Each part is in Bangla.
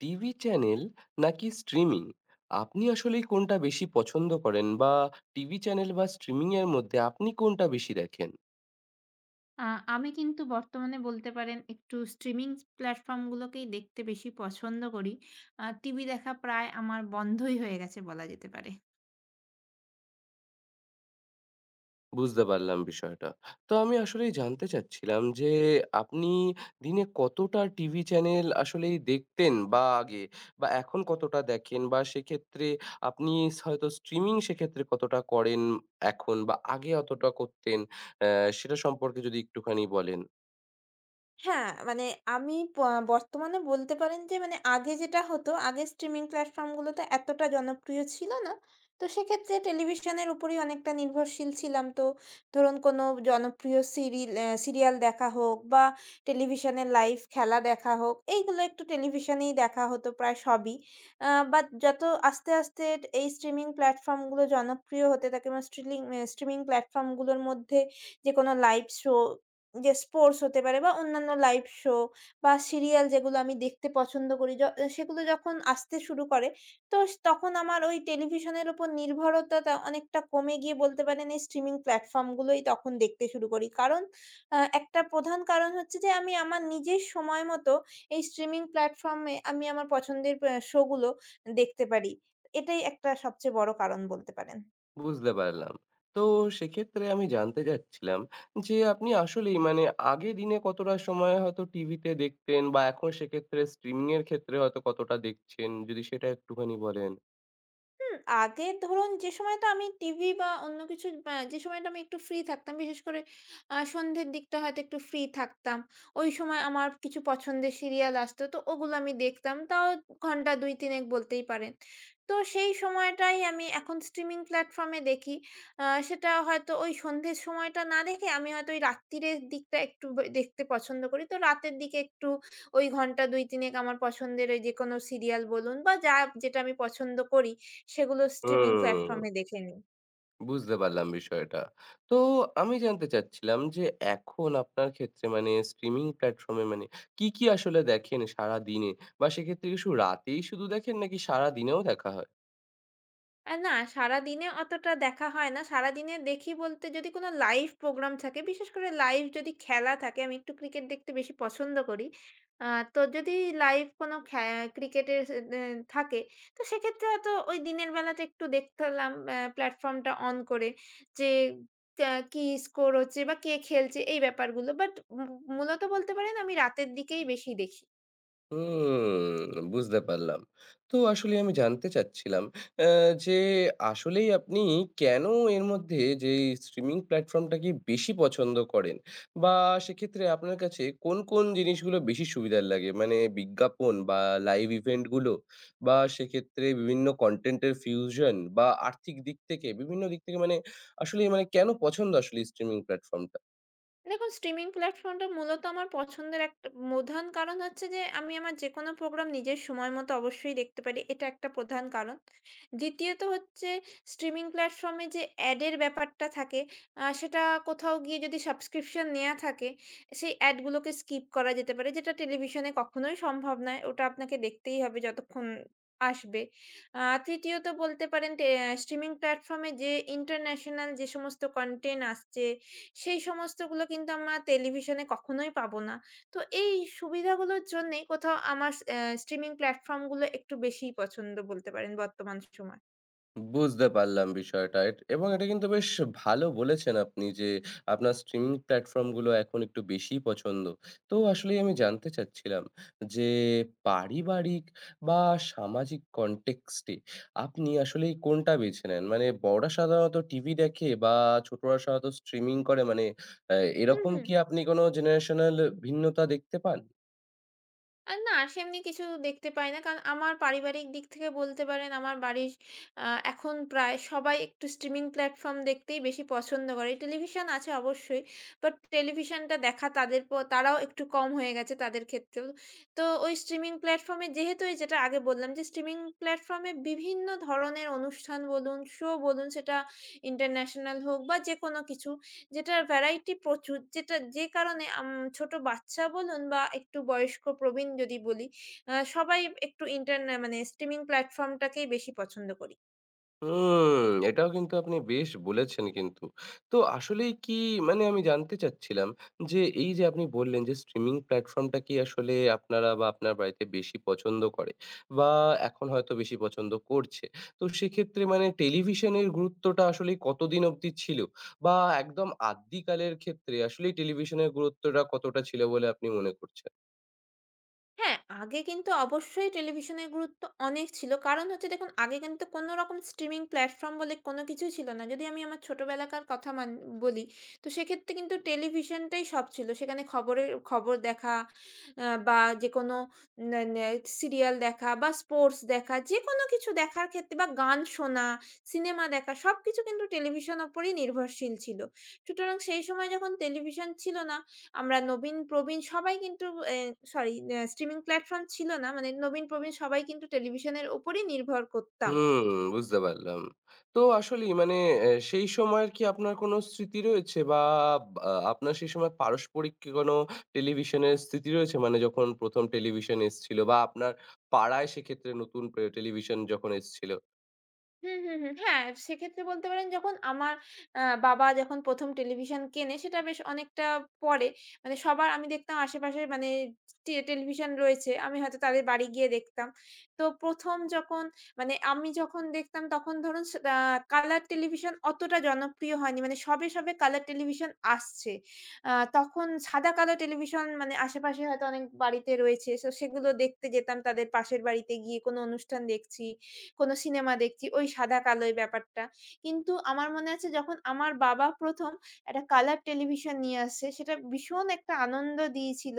টিভি চ্যানেল নাকি স্ট্রিমিং? আপনি আসলেই কোনটা বেশি পছন্দ করেন, বা টিভি চ্যানেল বা স্ট্রিমিং এর মধ্যে আপনি কোনটা বেশি দেখেন? আ আমি কিন্তু বর্তমানে বলতে পারেন একটু স্ট্রিমিং প্ল্যাটফর্ম গুলোকেই দেখতে বেশি পছন্দ করি। টিভি দেখা প্রায় আমার বন্ধই হয়ে গেছে বলা যেতে পারে। বুঝতে পারলাম বিষয়টা। তো আমি আসলেই জানতে চাচ্ছিলাম যে আপনি দিনে কতটা টিভি চ্যানেল আসলেই দেখতেন বা আগে, বা এখন কতটা দেখেন, বা সেক্ষেত্রে আপনি হয়তো স্ট্রিমিং সেক্ষেত্রে কতটা করেন এখন, বা আগে অতটা করতেন? অ্যা সেটা সম্পর্কে যদি একটুখানি বলেন। হ্যাঁ, মানে আমি প বর্তমানে বলতে পারেন যে মানে আগে যেটা হতো, আগে স্ট্রিমিং প্ল্যাটফর্ম গুলোতে এতটা জনপ্রিয় ছিল না। তো সেক্ষেত্রে টেলিভিশনের উপরেই অনেকটা নির্ভরশীল ছিলাম। তো ধরুন কোনো জনপ্রিয় সিরিল অ্যা সিরিয়াল দেখা হোক বা টেলিভিশনের লাইভ খেলা দেখা হোক, এইগুলো একটু টেলিভিশনেই দেখা হতো প্রায় সবই। বাট আস্তে আস্তে এই স্ট্রিমিং প্ল্যাটফর্ম গুলো জনপ্রিয় হতে থাকে বা স্ট্রিলিং অ্যা স্ট্রিমিং প্ল্যাটফর্ম গুলোর মধ্যে যেকোনো লাইভ শো, যে স্পোর্টস হতে পারে বা অন্যান্য লাইভ শো বা সিরিয়াল যেগুলো আমি দেখতে পছন্দ করি, সেগুলো যখন আসতে শুরু করে, তো তখন আমার ওই টেলিভিশনের উপর নির্ভরতাটা অনেকটা কমে গিয়ে বলতে পারেন এই স্ট্রিমিং প্ল্যাটফর্ম গুলোই তখন দেখতে শুরু করি। কারণ একটা প্রধান কারণ হচ্ছে যে আমি আমার নিজের সময় মতো এই স্ট্রিমিং প্ল্যাটফর্ম এ আমি আমার পছন্দের শো গুলো দেখতে পারি। এটাই একটা সবচেয়ে বড় কারণ বলতে পারেন। বুঝতে পারলাম। তো সেক্ষেত্রে আমি জানতে চাচ্ছিলাম যে আপনি আসলেই মানে আগে দিনে কতটা সময় হয়তো টিভিতে দেখতেন, বা এখন সেক্ষেত্রে স্ট্রিমিং এর ক্ষেত্রে হয়তো কতটা দেখছেন? যদি সেটা একটুখানি বলেন। হুম। আগে ধরুন যে সময়টা আমি টিভি বা অন্য কিছু বা যে সময়টা আমি একটু ফ্রি থাকতাম, বিশেষ করে সন্ধ্যের দিকটা হয়তো একটু ফ্রি থাকতাম। ওই সময় আমার কিছু পছন্দের সিরিয়াল আসতো, তো ওগুলো আমি দেখতাম। তাও ঘন্টা ২-৩ এক বলতেই পারেন। তো সেই সময়টাই আমি এখন স্ট্রিমিং প্ল্যাটফর্মে দেখি। সেটা হয়তো ওই সন্ধ্যের সময়টা না দেখে আমি হয়তো ওই রাত্তিরের দিকটা একটু ব দেখতে পছন্দ করি। তো রাতের দিকে একটু ওই ঘন্টা ২-৩ এক আমার পছন্দের ওই যেকোনো সিরিয়াল বলুন বা যেটা আমি পছন্দ করি সেগুলো স্ট্রিমিং হুম। প্ল্যাটফর্ম এ দেখে নিই। বুঝতে পারলাম বিষয়টা। তো আমি জানতে চাচ্ছিলাম যে এখন আপনার ক্ষেত্রে মানে স্ট্রিমিং প্ল্যাটফর্মে মানে কি, কি আসলে দেখেন সারাদিনে? বা সেক্ষেত্রে কি শুধু রাতেই শুধু দেখেন, নাকি সারাদিনেও দেখা হয়? না, সারাদিনে অতটা দেখা হয় না। সারাদিনে দেখি বলতে, যদি কোনো লাইভ প্রোগ্রাম থাকে, বিশেষ করে লাইভ যদি খেলা থাকে, আমি একটু ক্রিকেট দেখতে বেশি পছন্দ করি। আ তো যদি লাইভ কোনো ক্রিকেটের এ থাকে, তো সেক্ষেত্রে হয়তো ওই দিনের বেলাতে একটু দেখলাম প্ল্যাটফর্মটা অন করে, যে কি স্কোর হচ্ছে বা কে খেলছে, এই ব্যাপারগুলো। বাট মূলত বলতে পারেন আমি রাতের দিকেই বেশি দেখি। হুম, বুঝতে পারলাম। তো আসলে আমি জানতে চাচ্ছিলাম আ যে আসলেই আপনি কেন এর মধ্যে যে এই স্ট্রিমিং প্ল্যাটফর্মটাকে বেশি পছন্দ করেন? বা সেক্ষেত্রে আপনার কাছে কোন, কোন জিনিসগুলো বেশি সুবিধার লাগে? মানে বিজ্ঞাপন, বা লাইভ ইভেন্ট গুলো, বা সেক্ষেত্রে বিভিন্ন কনটেন্ট এর ফিউশন, বা আর্থিক দিক থেকে, বিভিন্ন দিক থেকে মানে আসলে মানে কেন পছন্দ আসলে স্ট্রিমিং প্ল্যাটফর্মটা? দেখুন, স্ট্রিমিং প্ল্যাটফর্মটা মূলত আমার পছন্দের একটা প্রধান কারণ হচ্ছে যে আমি আমার যেকোনো প্রোগ্রাম নিজের সময় মতো অবশ্যই দেখতে পারি। এটা একটা প্রধান কারণ। দ্বিতীয়ত হচ্ছে, স্ট্রিমিং প্ল্যাটফর্মে যে অ্যাডের ব্যাপারটা থাকে, সেটা কোথাও গিয়ে যদি সাবস্ক্রিপশন নেয়া থাকে, সেই অ্যাডগুলোকে স্কিপ করা যেতে পারে। যেটা টেলিভিশনে কখনোই সম্ভব নয়। ওটা আপনাকে দেখতেই হবে যতক্ষণ আসবে। তৃতীয়ত বলতে পারেন স্ট্রিমিং প্ল্যাটফর্মে যে ইন্টারন্যাশনাল যে সমস্ত কনটেন্ট আসছে, সেই সমস্তগুলো কিন্তু আমরা টেলিভিশনে কখনোই পাবো না। তো এই সুবিধাগুলোর জন্যেই কোথাও আমার স অ্যা স্ট্রিমিং প্ল্যাটফর্ম গুলো একটু বেশিই পছন্দ বলতে পারেন বর্তমান সময়। বুঝতে পারলাম বিষয়টা। এবং এটা কিন্তু বেশ ভালো বলেছেন আপনি যে, আপনার স্ট্রিমিং প্ল্যাটফর্ম গুলো এখন একটু বেশিই পছন্দ। তো আসলেই আমি জানতে চাচ্ছিলাম যে, পারিবারিক বা সামাজিক কনটেক্সট এ আপনি আসলেই কোনটা বেছে নেন? মানে বড়রা সাধারণত টিভি দেখে, বা ছোটরা সাধারণত স্ট্রিমিং করে মানে হুম, এরকম হুম। কি আপনি কোনো জেনারেশনাল ভিন্নতা দেখতে পান? না, সেমনি কিছু দেখতে পাই না। কারণ আমার পারিবারিক দিক থেকে বলতে পারেন আমার বাড়ির আ এখন প্রায় সবাই একটু স্ট্রিমিং প্ল্যাটফর্ম দেখতেই বেশি পছন্দ করে। টেলিভিশন আছে অবশ্যই। বাট টেলিভিশনটা দেখা তাদের প তারাও একটু কম হয়ে গেছে তাদের ক্ষেত্রেও। তো ওই স্ট্রিমিং প্ল্যাটফর্মে যেহেতু এই, যেটা আগে বললাম, যে স্ট্রিমিং প্ল্যাটফর্মে বিভিন্ন ধরনের অনুষ্ঠান বলুন, শো বলুন, সেটা ইন্টারন্যাশনাল হোক বা যেকোনো কিছু, যেটার ভ্যারাইটি প্রচুর। যেটা, যে কারণে ছোট বাচ্চা বলুন বা একটু বয়স্ক প্রবীণ যদি বলি, সবাই একটু মানে স্ট্রিমিং প্ল্যাটফর্মটাকেই বেশি পছন্দ করি। হুম, এটাও কিন্তু আপনি বেশ বলেছেন কিন্তু। তো আসলেই কি মানে আমি জানতে চাচ্ছিলাম যে, এই যে আপনি বললেন যে স্ট্রিমিং প্ল্যাটফর্মটা কি আসলে আপনারা বা আপনার বাড়িতে বেশি পছন্দ করে, বা এখন হয়তো বেশি পছন্দ করছে। তো সেক্ষেত্রে মানে টেলিভিশনের গুরুত্বটা আসলে কতদিন অবধি ছিল? বা একদম আদ্যিকালের ক্ষেত্রে আসলেই টেলিভিশনের গুরুত্বটা কতটা ছিল বলে আপনি মনে করছেন? হ্যাঁ, আগে কিন্তু অবশ্যই টেলিভিশনের গুরুত্ব অনেক ছিল। কারণ হচ্ছে, দেখুন, আগে কিন্তু কোনো রকম স্ট্রিমিং প্ল্যাটফর্ম বলে কোনো কিছুই ছিল না। যদি আমি আমার ছোটবেলাকার কথা বলি, তো সেক্ষেত্রে কিন্তু টেলিভিশনটাই সব ছিল। সেখানে খবরের খবর দেখা, বা যেকোনো নে নে সিরিয়াল দেখা বা স্পোর্টস দেখা, যেকোনো কিছু দেখার ক্ষেত্রে, বা গান শোনা, সিনেমা দেখা, সবকিছু কিন্তু টেলিভিশন উপরেই নির্ভরশীল ছিল। সুতরাং সেই সময় যখন টেলিভিশন ছিল না, আমরা নবীন-প্রবীণ সবাই কিন্তু এ সরি, স্ট্রিমিং প্ল্যাটফর্ম ছিল না। মানে নবীন-প্রবীণ সবাই কিন্তু টেলিভিশনের উপরই নির্ভর করতাম। হুম, বুঝতে পারলাম। তো আসলেই মানে সেই সময়ের কি আপনার কোনো স্মৃতি রয়েছে, বা আপনার সেই সময় পারস্পরিক কি কোনো টেলিভিশনের স্মৃতি রয়েছে? মানে যখন ১ম টেলিভিশন এসছিল, বা আপনার পাড়ায় সেক্ষেত্রে নতুন টেলিভিশন যখন এসছিল? হুম, হুম, হুম। হ্যাঁ, সেক্ষেত্রে বলতে পারেন যখন আমার বাবা যখন ১ম টেলিভিশন কেনে, সেটা বেশ অনেকটা পরে। মানে সবার আমি দেখতাম আশেপাশে, মানে টেলিভিশন রয়েছে। আমি হয়তো তাদের বাড়ি গিয়ে দেখতাম। তো ১ম যখন, মানে আমি যখন দেখতাম তখন ধরুন স আ কালার টেলিভিশন অতটা জনপ্রিয় হয়নি। মানে সবে সবে কালার টেলিভিশন আসছে। তখন সাদা-কালো টেলিভিশন মানে আশেপাশে হয়তো অনেক বাড়িতে রয়েছে। সো সেগুলো দেখতে যেতাম, তাদের পাশের বাড়িতে গিয়ে কোনো অনুষ্ঠান দেখছি, কোনো সিনেমা দেখছি, ওই সাদা কালোয় ব্যাপারটা। কিন্তু আমার মনে আছে, যখন আমার বাবা ১ম একটা কালার টেলিভিশন নিয়ে আসে, সেটা ভীষণ একটা আনন্দ দিয়েছিল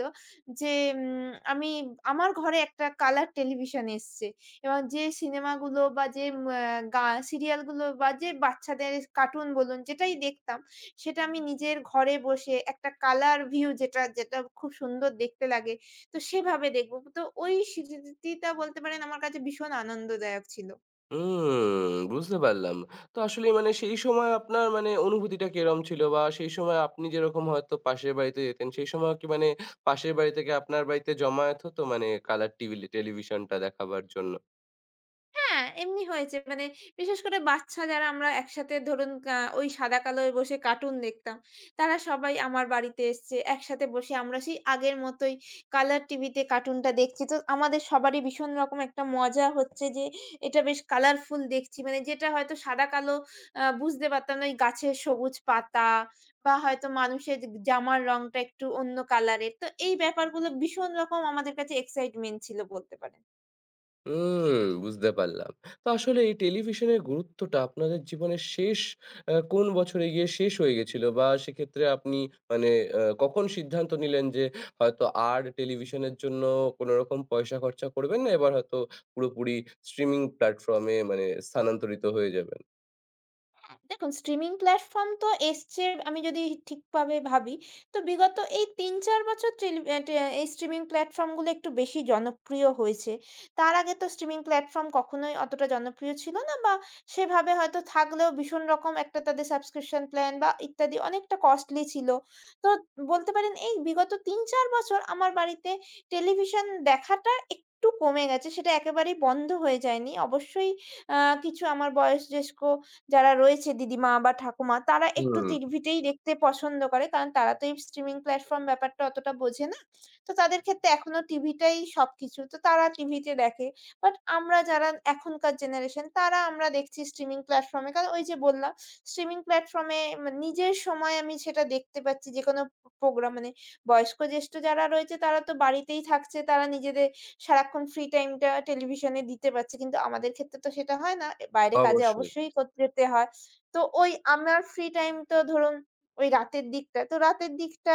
যে, আমি, আমার ঘরে একটা কালার টেলিভিশন এসছে, এবং যে সিনেমাগুলো বা যে উম আ গা সিরিয়ালগুলো বা যে বাচ্চাদের কার্টুন বলুন, যেটাই দেখতাম, সেটা আমি নিজের ঘরে বসে একটা কালার ভিউ, যেটা খুব সুন্দর দেখতে লাগে, তো সেভাবে দেখব। তো ওই স্মৃতিটা বলতে পারেন আমার কাছে ভীষণ আনন্দদায়ক ছিল। হুম, বুঝতে পারলাম। তো আসলেই মানে সেই সময় আপনার মানে অনুভূতিটা কিরকম ছিল? বা সেই সময় আপনি যেরকম হয়তো পাশের বাড়িতে যেতেন, সেই সময়ও কি মানে পাশের বাড়ি থেকে আপনার বাড়িতে জমায়েত হতো মানে কালার টিভি টেলিভিশনটা দেখাবার জন্য? হ্যাঁ, এমনি হয়েছে। মানে বিশেষ করে বাচ্চা যারা আমরা একসাথে ধরুন ওই সাদা কালোয় বসে কার্টুন দেখতাম। তারা সবাই আমার বাড়িতে এসছে। একসাথে বসে আমরা সেই আগের মতোই কালার টিভিতে কার্টুনটা দেখছি। তো আমাদের সবারই ভীষণ রকম একটা মজা হচ্ছে যে এটা বেশ কালারফুল দেখছি। মানে যেটা হয়তো সাদা কালো, বুঝতে পারতাম না ওই গাছের সবুজ পাতা বা হয়তো মানুষের জামার রংটা একটু অন্য কালারের। তো এই ব্যাপারগুলো ভীষণ রকম আমাদের কাছে এক্সাইটমেন্ট ছিল বলতে পারেন। হুম, বুঝতে পারলাম। তো আসলে এই টেলিভিশনের গুরুত্বটা আপনাদের জীবনের শেষ কোন বছরে গিয়ে শেষ হয়ে গেছিল? বা সেক্ষেত্রে আপনি মানে কখন সিদ্ধান্ত নিলেন যে হয়তো আর টেলিভিশনের জন্য কোনরকম পয়সা খরচা করবেন না, এবার হয়তো পুরোপুরি স্ট্রিমিং প্ল্যাটফর্ম এ মানে স্থানান্তরিত হয়ে যাবেন? দেখুন, স্ট্রিমিং প্ল্যাটফর্ম তো এসছে, আমি যদি ঠিকভাবে ভাবি, তো বিগত এই ৩-৪ বছর টেলি অ্যা টে এই স্ট্রিমিং প্ল্যাটফর্মগুলো একটু বেশি জনপ্রিয় হয়েছে। তার আগে তো স্ট্রিমিং প্ল্যাটফর্ম কখনোই অতটা জনপ্রিয় ছিল না, বা সেভাবে হয়তো থাকলেও ভীষণ রকম একটা, তাদের সাবস্ক্রিপশন প্ল্যান বা ইত্যাদি অনেকটা কস্টলি ছিল। তো বলতে পারেন এই বিগত ৩-৪ বছর আমার বাড়িতে টেলিভিশন দেখাটা একটু কমে গেছে। সেটা একেবারেই বন্ধ হয়ে যায়নি। অবশ্যই আ কিছু আমার বয়োজ্যেষ্ঠ যারা রয়েছে, দিদিমা বা ঠাকুমা, তারা একটু হুম, টিভিতেই দেখতে পছন্দ করে। কারণ তারা তো এই স্ট্রিমিং প্ল্যাটফর্ম ব্যাপারটা অতটা বোঝে না। তো তাদের ক্ষেত্রে এখনো টিভিটাই সবকিছু। তো তারা টিভিতে দেখে। বাট আমরা যারা এখনকার জেনারেশন, তারা আমরা দেখছি স্ট্রিমিং প্ল্যাটফর্ম এ। কারণ ওই যে বললাম, স্ট্রিমিং প্ল্যাটফর্ম এ নিজের সময় আমি সেটা দেখতে পাচ্ছি যেকোনো প্রোগ্রাম, মানে বয়স্ক জ্যেষ্ঠ যারা রয়েছে, তারা তো বাড়িতেই থাকছে। তারা নিজেদের সারাক্ষণ ফ্রি টাইমটা টেলিভিশনে দিতে পারছি। কিন্তু আমাদের ক্ষেত্রে তো সেটা হয় না। এ বাইরে কাজে অবশ্যই, অবশ্যই যেতে হয়। তো ওই আমার ফ্রি টাইম তো ধরুন ওই রাতের দিকটা। তো রাতের দিকটা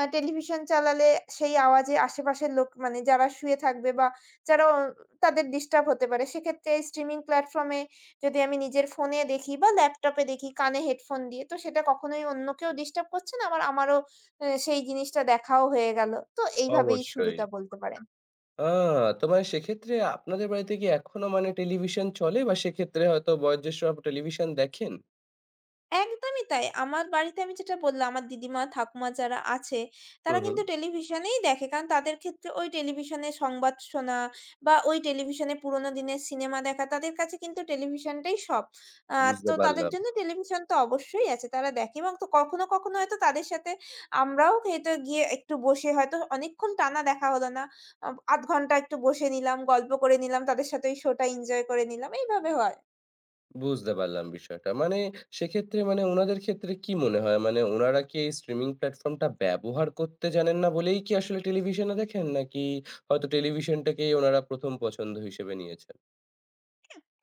টেলিভিশন চালালে সেই আওয়াজে আশেপাশের লোক মানে যারা শুয়ে থাকবে বা যারা অ তাদের ডিস্টার্ব হতে পারে। সেক্ষেত্রে স্ট্রিমিং প্ল্যাটফর্ম এ যদি আমি নিজের ফোনে দেখি বা ল্যাপটপে দেখি কানে হেডফোন দিয়ে, তো সেটা কখনোই অন্য কেউ ডিস্টার্ব করছে না। আবার আমারও সেই জিনিসটা দেখাও হয়ে গেল। তো এইভাবেই অবশ্যই। শুরুটা বলতে পারেন। আ তো মানে সেক্ষেত্রে আপনাদের বাড়িতে কি এখনো মানে টেলিভিশন চলে? বা সেক্ষেত্রে হয়তো বয়োজ্যেষ্ঠরা টেলিভিশন দেখেন? একদমই তাই। আমার বাড়িতে আমি যেটা বললাম, আমার দিদিমা, ঠাকুমা যারা আছে, তারা হুম, হুম, কিন্তু টেলিভিশনেই দেখে। কারণ তাদের ক্ষেত্রে ওই টেলিভিশনে সংবাদ শোনা বা ওই টেলিভিশনে পুরোনো দিনের সিনেমা দেখা, তাদের কাছে কিন্তু টেলিভিশনটাই সব। আ বুঝতে তো তাদের পারলাম। জন্য টেলিভিশন তো অবশ্যই আছে। তারা দেখে, এবং তো কখনো কখনো হয়তো তাদের সাথে আমরাও হয়তো গিয়ে একটু বসে, হয়তো অনেকক্ষণ টানা দেখা হলো না। ০.৫ ঘন্টা একটু বসে নিলাম, গল্প করে নিলাম, তাদের সাথে ওই শোটা এনজয় করে নিলাম। এইভাবে হয়। বুঝতে পারলাম বিষয়টা। মানে সেক্ষেত্রে মানে উনাদের ক্ষেত্রে কি মনে হয়? মানে উনারা কি এই স্ট্রিমিং প্ল্যাটফর্মটা ব্যবহার করতে জানেন না বলেই কি আসলে টেলিভিশনে দেখেন? নাকি হয়তো টেলিভিশনটাকেই উনারা ১ম পছন্দ হিসেবে নিয়েছেন?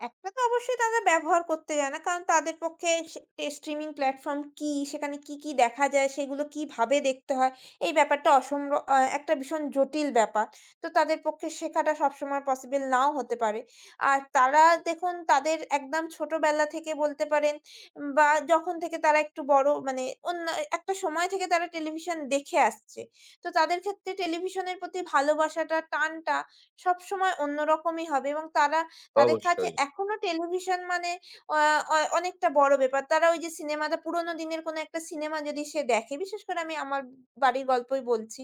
একটা তো অবশ্যই তারা ব্যবহার করতে জানে না। কারণ তাদের পক্ষে সে স্ট্রিমিং প্ল্যাটফর্ম কী, সেখানে কী কী দেখা যায়, সেগুলো কিভাবে দেখতে হয়, এই ব্যাপারটা অসম্ভ আ একটা ভীষণ জটিল ব্যাপার। তো তাদের পক্ষে শেখাটা সবসময় পসিবল নাও হতে পারে। আর তারা, দেখুন, তাদের একদম ছোটবেলা থেকে বলতে পারেন, বা যখন থেকে তারা একটু বড়, মানে অন্য একটা সময় থেকে তারা টেলিভিশন দেখে আসছে। তো তাদের ক্ষেত্রে টেলিভিশনের প্রতি ভালোবাসাটা, টানটা সবসময় অন্যরকমই হবে। এবং তারা, তাদের কাছে অবশ্যই। এখনো টেলিভিশন মানে আ অনেকটা বড় ব্যাপার। তারা ওই যে সিনেমাটা, পুরোনো দিনের কোনো একটা সিনেমা যদি সে দেখে, বিশেষ করে আমি আমার বাড়ির গল্পই বলছি।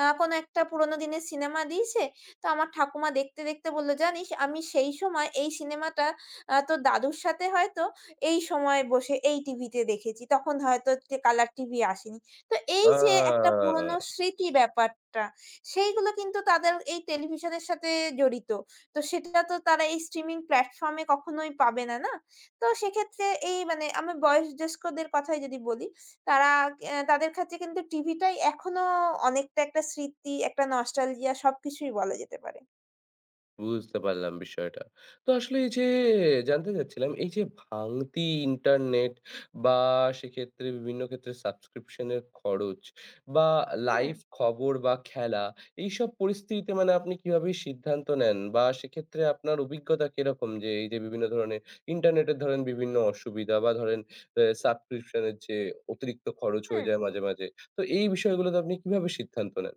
কোনো একটা পুরোনো দিনের সিনেমা দিয়েছে, তো আমার ঠাকুমা দেখতে দেখতে বলল, "জানিস আমি সেই সময় এই সিনেমাটা তোর দাদুর সাথে হয়তো এই সময় বসে এই টিভিতে দেখেছি। তখন হয়তো কালার টিভি আসেনি।" তো এই আ যে একটা পুরোনো স্মৃতি ব্যাপারটা, সেইগুলো কিন্তু তাদের এই টেলিভিশনের সাথে জড়িত। তো সেটা তো তারা এই স্ট্রিমিং প্ল্যাটফর্ম এ কখনোই পাবে না, না? তো সেক্ষেত্রে এই, মানে আমি বয়োজ্যেষ্ঠদের কথাই যদি বলি, তারা, তাদের ক্ষেত্রে কিন্তু টিভিটাই এখনো অনেকটা একটা স্মৃতি, একটা নস্টালজিয়া, সবকিছুই বলা যেতে পারে। বুঝতে পারলাম বিষয়টা। তো আসলে এই যে জানতে চাচ্ছিলাম, এই যে ভাঙতি ইন্টারনেট, বা সেক্ষেত্রে বিভিন্ন ক্ষেত্রে সাবস্ক্রিপশন এর খরচ, বা হুম। লাইভ খবর বা খেলা, এইসব পরিস্থিতিতে মানে আপনি কিভাবে সিদ্ধান্ত নেন? বা সেক্ষেত্রে আপনার অভিজ্ঞতা কিরকম যে এই যে বিভিন্ন ধরনের ইন্টারনেটের ধরেন বিভিন্ন অসুবিধা, বা ধরেন সাবস্ক্রিপশন এর যে অতিরিক্ত খরচ হুম, হয়ে যায় মাঝে, মাঝে। তো এই বিষয়গুলোতে আপনি কিভাবে সিদ্ধান্ত নেন?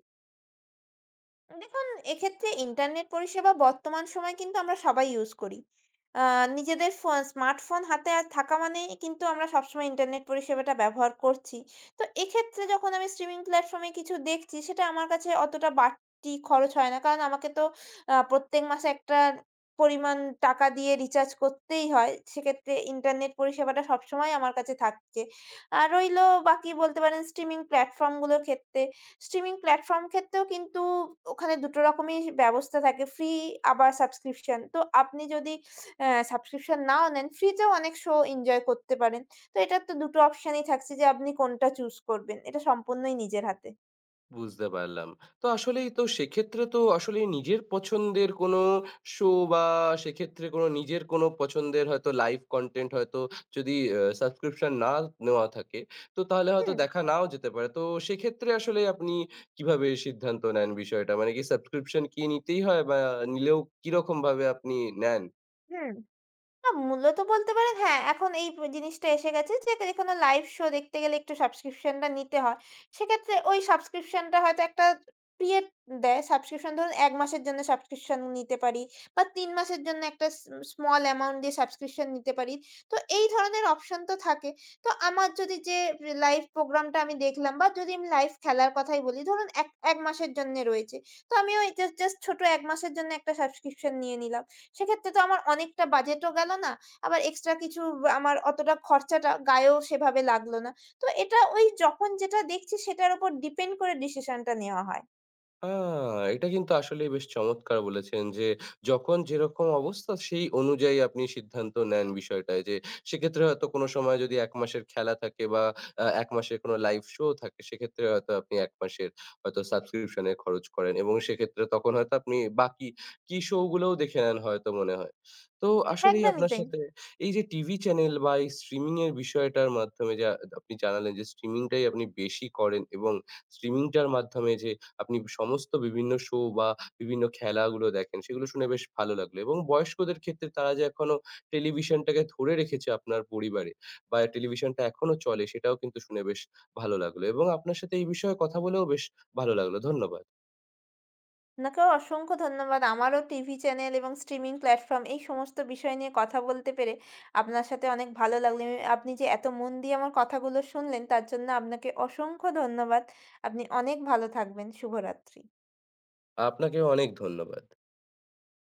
দেখুন, এক্ষেত্রে ইন্টারনেট পরিষেবা বর্তমান সময়ে কিন্তু আমরা সবাই ইউজ করি। আ নিজেদের স্মার্টফোন হাতে আর থাকা মানেই কিন্তু আমরা সবসময় ইন্টারনেট পরিষেবাটা ব্যবহার করছি। তো এক্ষেত্রে যখন আমি স্ট্রিমিং প্ল্যাটফর্মে কিছু দেখছি, সেটা আমার কাছে অতটা বাড়তি খরচ হয় না। কারণ আমাকে তো প্রত্যেক মাসে একটা পরিমাণ টাকা দিয়ে রিচার্জ করতেই হয়। সেক্ষেত্রে ইন্টারনেট পরিষেবাটা সবসময় আমার কাছে থাকছে। আর রইলো বাকি, বলতে পারেন স্ট্রিমিং প্ল্যাটফর্মগুলোর ক্ষেত্রে, স্ট্রিমিং প্ল্যাটফর্ম ক্ষেত্রেও কিন্তু ওখানে ২ টো রকমই ব্যবস্থা থাকে। ফ্রি, আবার সাবস্ক্রিপশন। তো আপনি যদি সাবস্ক্রিপশন নাও নেন, ফ্রি তেও অনেক শো এনজয় করতে পারেন। তো এটার তো ২ টো অপশনই থাকছে যে আপনি কোনটা চুজ করবেন। এটা সম্পূর্ণই নিজের হাতে। বুঝতে পারলাম। তো আসলেই তো সেক্ষেত্রে তো আসলে নিজের পছন্দের কোনো শো, বা সেক্ষেত্রে কোনো নিজের কোনো পছন্দের হয়তো লাইভ কনটেন্ট হয়তো যদি সাবস্ক্রিপশন না নেওয়া থাকে, তো তাহলে হয়তো হুম, দেখা নাও যেতে পারে। তো সেক্ষেত্রে আসলে আপনি কিভাবে সিদ্ধান্ত নেন বিষয়টা? মানে কি সাবস্ক্রিপশন কি নিতেই হয়, বা নিলেও কিরকমভাবে আপনি নেন? হুম। না, মূলত বলতে পারেন হ্যাঁ, এখন এই জিনিসটা এসে গেছে যে যেকোনো লাইভ শো দেখতে গেলে একটু সাবস্ক্রিপশনটা নিতে হয়। সেক্ষেত্রে ওই সাবস্ক্রিপশনটা হয়তো একটা পিরিয়ড দেয়। সাবস্ক্রিপশন ধরুন ১ মাসের জন্য সাবস্ক্রিপশন নিতে পারি, বা ৩ মাসের জন্য একটা স্মল অ্যামাউন্ট দিয়ে সাবস্ক্রিপশন নিতে পারি। তো এই ধরনের অপশন তো থাকে। তো আমার যদি যে লাইভ প্রোগ্রামটা আমি দেখলাম বা যদি আমি লাইভ খেলার কথাই বলি, ধরুন ১ মাসের জন্যে রয়েছে। তো আমি ওই জাস্ট ছোট ১ মাসের জন্য একটা সাবস্ক্রিপশন নিয়ে নিলাম। সেক্ষেত্রে তো আমার অনেকটা বাজেটও গেল না। আবার এক্সট্রা কিছু আমার অতটা খরচাটা গায়েও সেভাবে লাগলো না। তো এটা ওই যখন যেটা দেখছি সেটার উপর ডিপেন্ড করে ডিসিশনটা নেওয়া হয়। আ এটা কিন্তু আসলেই বেশ চমৎকার বলেছেন যে, যখন যেরকম অবস্থা সেই অনুযায়ী আপনি সিদ্ধান্ত নেন বিষয়টায় যে, সেক্ষেত্রে হয়তো কোনো সময় যদি ১ মাসের খেলা থাকে, বা ১ মাসের কোনো লাইভ শো থাকে, সেক্ষেত্রে হয়তো আপনি ১ মাসের হয়তো সাবস্ক্রিপশন এ খরচ করেন, এবং সেক্ষেত্রে তখন হয়তো আপনি বাকি কি শো গুলোও দেখে নেন হয়তো মনে হয়। তো আসলেই একদমই আপনার তাই। সাথে এই যে টিভি চ্যানেল বা এই স্ট্রিমিং এর বিষয়টার মাধ্যমে যা আপনি জানালেন যে স্ট্রিমিং টাই আপনি বেশি করেন, এবং স্ট্রিমিং টার মাধ্যমে যে আপনি সমস্ত বিভিন্ন শো বা বিভিন্ন খেলাগুলো দেখেন, সেগুলো শুনে বেশ ভালো লাগলো। এবং বয়স্কদের ক্ষেত্রে তারা যে এখনো টেলিভিশনটাকে ধরে রেখেছে আপনার পরিবারে, বা টেলিভিশনটা এখনো চলে, সেটাও কিন্তু শুনে বেশ ভালো লাগলো, এবং আপনার সাথে এই বিষয়ে কথা বলেও বেশ ভালো লাগলো। ধন্যবাদ। আপনাকেও অসংখ্য ধন্যবাদ। আমারও টিভি চ্যানেল এবং স্ট্রিমিং প্ল্যাটফর্ম এই সমস্ত বিষয় নিয়ে কথা বলতে পেরে আপনার সাথে অনেক ভালো লাগলো। আপনি যে এত মন দিয়ে আমার কথাগুলো শুনলেন, তার জন্য আপনাকে অসংখ্য ধন্যবাদ। আপনি অনেক ভালো থাকবেন। শুভরাত্রি। আপনাকেও অনেক ধন্যবাদ।